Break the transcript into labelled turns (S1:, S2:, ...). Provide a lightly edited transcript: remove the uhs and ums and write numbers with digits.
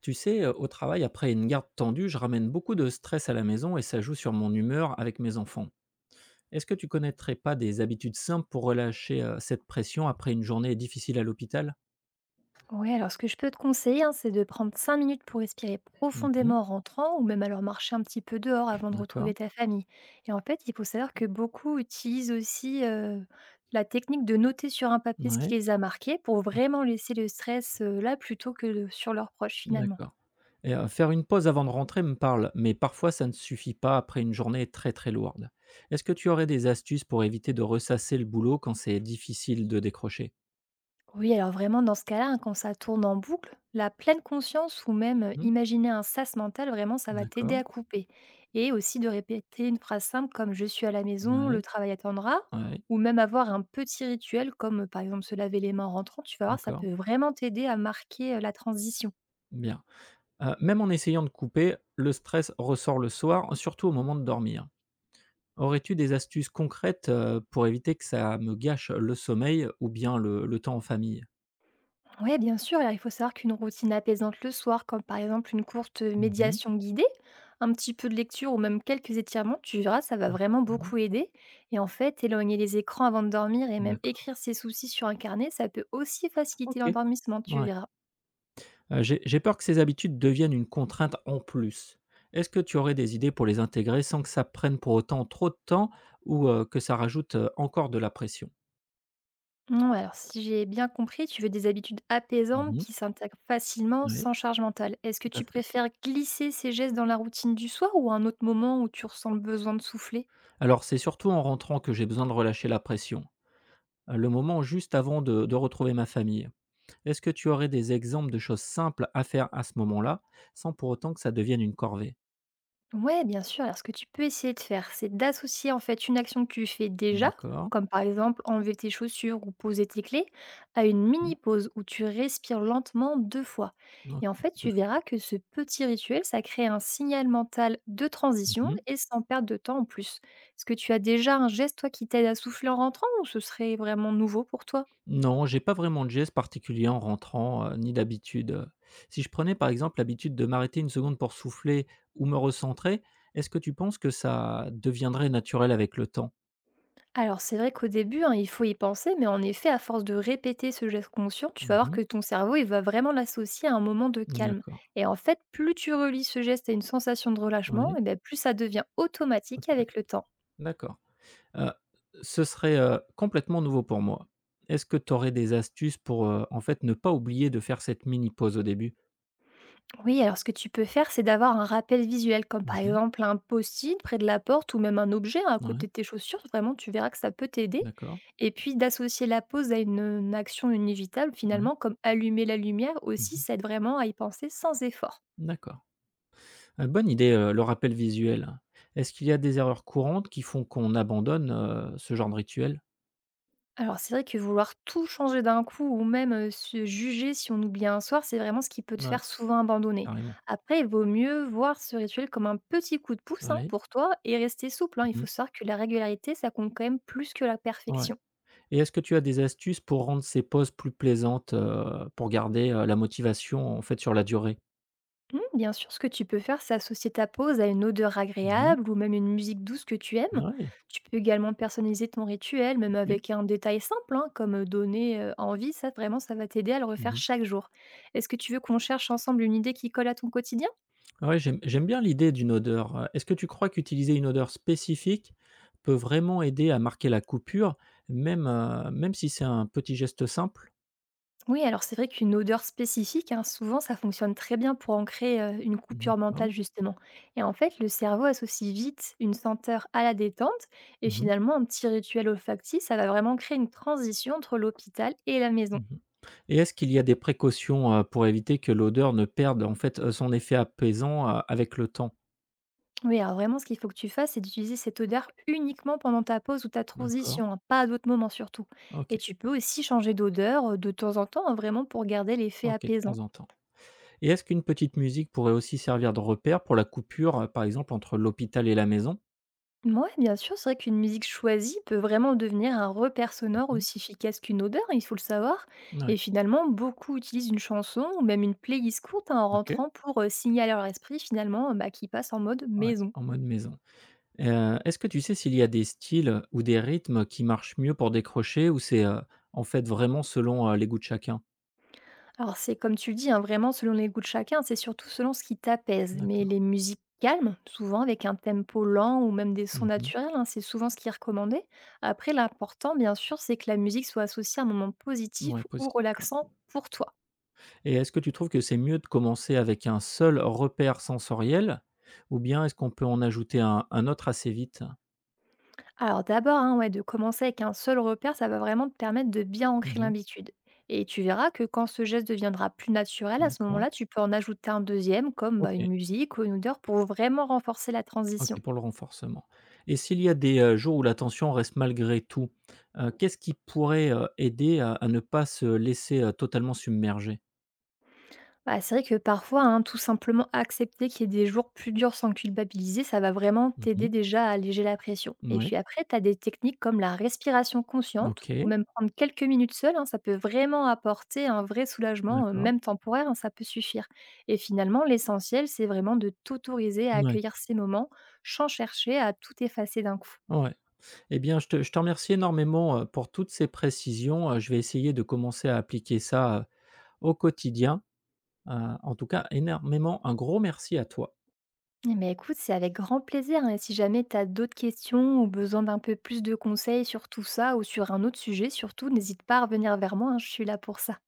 S1: Tu sais, au travail, après une garde tendue, je ramène beaucoup de stress à la maison et ça joue sur mon humeur avec mes enfants. Est-ce que tu connaîtrais pas des habitudes simples pour relâcher cette pression après une journée difficile à l'hôpital?
S2: Ouais, alors ce que je peux te conseiller, hein, c'est de prendre 5 minutes pour respirer
S1: Mhm.
S2: profondément en rentrant ou même alors marcher un petit peu dehors avant de retrouver
S1: D'accord.
S2: ta famille. Et en fait, il faut savoir que beaucoup utilisent aussi la technique de noter sur un papier ce
S1: Ouais.
S2: qui les a marqués pour
S1: Ok,
S2: vraiment laisser le stress là plutôt que sur leurs proches finalement.
S1: d'accord. Et, faire une pause avant de rentrer me parle, mais parfois ça ne suffit pas après une journée très très lourde. Est-ce que tu aurais des astuces pour éviter de ressasser le boulot quand c'est difficile de décrocher?
S2: Oui, alors vraiment, dans ce cas-là, hein, quand ça tourne en boucle, la pleine conscience ou même
S1: Hmm.
S2: imaginer un sas mental, vraiment, ça va t'aider
S1: D'accord.
S2: à couper. Et aussi de répéter une phrase simple comme je suis à la maison, le
S1: Ouais.
S2: travail attendra,
S1: Ouais.
S2: ou même avoir un petit rituel comme par exemple se laver les mains en rentrant, tu vas voir, ça
S1: D'accord.
S2: peut vraiment t'aider à marquer la transition.
S1: Bien. Même en essayant de couper, le stress ressort le soir, surtout au moment de dormir. Aurais-tu des astuces concrètes, pour éviter que ça me gâche le sommeil ou bien le temps en famille?
S2: Ouais, bien sûr. Alors, il faut savoir qu'une routine apaisante le soir, comme par exemple une courte
S1: Mmh.
S2: médiation guidée, un petit peu de lecture ou même quelques étirements, tu verras, ça va vraiment
S1: Effectivement.
S2: beaucoup aider. Et en fait, éloigner les écrans avant de dormir et même
S1: D'accord.
S2: écrire ses soucis sur un carnet, ça peut aussi faciliter
S1: OK.
S2: l'endormissement, tu
S1: Ouais.
S2: verras.
S1: J'ai peur que ces habitudes deviennent une contrainte en plus. Est-ce que tu aurais des idées pour les intégrer sans que ça prenne pour autant trop de temps ou, que ça rajoute, encore de la pression?
S2: Non, alors si j'ai bien compris, tu veux des habitudes apaisantes
S1: Mmh.
S2: qui s'intègrent facilement
S1: Oui,
S2: sans charge mentale. Est-ce que
S1: tout à
S2: tu
S1: fait.
S2: préfères glisser ces gestes dans la routine du soir ou à un autre moment où tu ressens le besoin de souffler?
S1: Alors c'est surtout en rentrant que j'ai besoin de relâcher la pression. Le moment juste avant de retrouver ma famille. Est-ce que tu aurais des exemples de choses simples à faire à ce moment-là, sans pour autant que ça devienne une corvée?
S2: Ouais, bien sûr. Alors, ce que tu peux essayer de faire, c'est d'associer en fait une action que tu fais déjà,
S1: D'accord.
S2: comme par exemple enlever tes chaussures ou poser tes clés, à une
S1: Mmh.
S2: mini pause où tu respires lentement 2 fois. Et
S1: OK.
S2: en fait, tu
S1: Le f.
S2: verras que ce petit rituel, ça crée un signal mental de transition
S1: Mmh.
S2: et sans perdre de temps en plus. Est-ce que tu as déjà un geste, toi, qui t'aide à souffler en rentrant ou ce serait vraiment nouveau pour toi?
S1: Non, j'ai pas vraiment de geste particulier en rentrant, ni d'habitude. Si je prenais par exemple l'habitude de m'arrêter une seconde pour souffler ou me recentrer, est-ce que tu penses que ça deviendrait naturel avec le temps?
S2: Alors c'est vrai qu'au début, hein, il faut y penser, mais en effet, à force de répéter ce geste conscient, tu vas voir
S1: Mmh.
S2: que ton cerveau, il va vraiment l'associer à un moment de calme.
S1: D'accord.
S2: Et en fait, plus tu relis ce geste à une sensation de relâchement,
S1: Oui,
S2: et ben, plus ça devient automatique avec
S1: automatique.
S2: le temps.
S1: D'accord. Heu, Ce serait, complètement nouveau pour moi. Est-ce que tu aurais des astuces pour, en fait, ne pas oublier de faire cette mini pause au début?
S2: Oui, alors ce que tu peux faire, c'est d'avoir un rappel visuel, comme par
S1: Mmh.
S2: exemple un post-it près de la porte ou même un objet hein, à côté
S1: Ouais,
S2: de tes chaussures. Vraiment, tu verras que ça peut t'aider.
S1: d'accord,
S2: Et puis d'associer la pause à une action inévitable,
S1: ouais.
S2: finalement, comme allumer la lumière aussi,
S1: Mmh.
S2: ça aide vraiment à y penser sans effort.
S1: D'accord. Bonne idée, le rappel visuel. Est-ce qu'il y a des erreurs courantes qui font qu'on abandonne, ce genre de rituel?
S2: Alors c'est vrai que vouloir tout changer d'un coup ou même, se juger si on oublie un soir, c'est vraiment ce qui peut te faire
S1: Oui,
S2: souvent abandonner.
S1: carrément.
S2: Après, il vaut mieux voir ce rituel comme un petit coup de pouce, hein,
S1: Oui.
S2: pour toi et rester souple, hein. Il faut
S1: Mmh.
S2: savoir que la régularité, ça compte quand même plus que la
S1: Ouais,
S2: perfection.
S1: et est-ce que tu as des astuces pour rendre ces pauses plus plaisantes, pour garder, la motivation, en fait, sur la durée?
S2: Mmh, bien sûr, ce que tu peux faire, c'est associer ta pause à une odeur
S1: Oui.
S2: agréable ou même une musique douce que tu aimes.
S1: Ouais,
S2: Tu peux également personnaliser ton rituel, même
S1: OK.
S2: avec un détail simple, hein, comme donner envie. Ça, vraiment, ça va t'aider à le refaire
S1: Mmh.
S2: chaque jour. Est-ce que tu veux qu'on cherche ensemble une idée qui colle à ton quotidien?
S1: Ouais, j'aime bien l'idée d'une odeur. Est-ce que tu crois qu'utiliser une odeur spécifique peut vraiment aider à marquer la coupure, même, même si c'est un petit geste simple?
S2: Oui, alors c'est vrai qu'une odeur spécifique, hein, souvent, ça fonctionne très bien pour ancrer une coupure
S1: D'accord.
S2: mentale, justement. Et en fait, le cerveau associe vite une senteur à la détente, et
S1: Mmh mh.
S2: finalement, un petit rituel olfactif, ça va vraiment créer une transition entre l'hôpital et la maison.
S1: Mmh, et est-ce qu'il y a des précautions, pour éviter que l'odeur ne perde, en fait, son effet apaisant, avec le temps?
S2: Oui, alors vraiment, ce qu'il faut que tu fasses, c'est d'utiliser cette odeur uniquement pendant ta pause ou ta
S1: D'accord.
S2: transition, hein, pas à d'autres moments surtout.
S1: OK.
S2: Et tu peux aussi changer d'odeur de temps en temps, hein, vraiment pour garder l'effet
S1: OK, de
S2: apaisant.
S1: temps en temps, et est-ce qu'une petite musique pourrait aussi servir de repère pour la coupure, par exemple entre l'hôpital et la maison?
S2: Mouais, bien sûr, c'est vrai qu'une musique choisie peut vraiment devenir un repère sonore
S1: Mmh.
S2: aussi efficace qu'une odeur, hein, il faut le savoir.
S1: Ouais.
S2: Et finalement, beaucoup utilisent une chanson ou même une playlist courte hein, en
S1: OK.
S2: rentrant pour signaler à leur esprit finalement bah, qu'ils passent en mode
S1: Ouais,
S2: maison.
S1: en mode maison. Est-ce que tu sais s'il y a des styles ou des rythmes qui marchent mieux pour décrocher, ou c'est, en fait vraiment selon, les goûts de chacun?
S2: Alors c'est comme tu le dis, hein, vraiment selon les goûts de chacun, c'est surtout selon ce qui t'apaise. Mais
S1: D'accord.
S2: les musiques calmes, souvent avec un tempo lent ou même des sons
S1: Mmh.
S2: naturels, hein, c'est souvent ce qui est recommandé. Après, l'important, bien sûr, c'est que la musique soit associée à un moment
S1: Ouais,
S2: positif ou
S1: positif,
S2: relaxant
S1: ouais.
S2: pour toi.
S1: Et est-ce que tu trouves que c'est mieux de commencer avec un seul repère sensoriel, ou bien est-ce qu'on peut en ajouter un autre assez vite?
S2: Alors d'abord, hein, ouais, de commencer avec un seul repère, ça va vraiment te permettre de bien ancrer
S1: Mmh.
S2: l'habitude. Et tu verras que quand ce geste deviendra plus naturel, à ce
S1: D'accord.
S2: moment-là, tu peux en ajouter un deuxième, comme bah, une
S1: OK.
S2: musique ou une odeur, pour vraiment renforcer la
S1: OK,
S2: transition.
S1: pour le renforcement. Et s'il y a des, jours où la tension reste malgré tout, qu'est-ce qui pourrait, aider à ne pas se laisser, totalement submerger?
S2: Bah, c'est vrai que parfois, hein, tout simplement accepter qu'il y ait des jours plus durs sans culpabiliser, ça va vraiment
S1: Mmh
S2: t'aider
S1: mh.
S2: déjà à alléger la pression. Et puis après, tu as des techniques comme la respiration consciente, ou
S1: OK.
S2: même prendre quelques minutes seule, hein, ça peut vraiment apporter un vrai soulagement,
S1: D'accord.
S2: même temporaire, hein, ça peut suffire. Et finalement, l'essentiel, c'est vraiment de t'autoriser à
S1: Ouais.
S2: accueillir ces moments sans chercher à tout effacer d'un coup.
S1: Ouais. Eh bien, je te remercie énormément, pour toutes ces précisions, je vais essayer de commencer à appliquer ça, au quotidien, heu, en tout cas énormément un gros merci à toi.
S2: Eh ben, écoute, c'est avec grand plaisir, hein, et si jamais tu as d'autres questions ou besoin d'un peu plus de conseils sur tout ça ou sur un autre sujet surtout, n'hésite pas à revenir vers moi, hein, je suis là pour ça.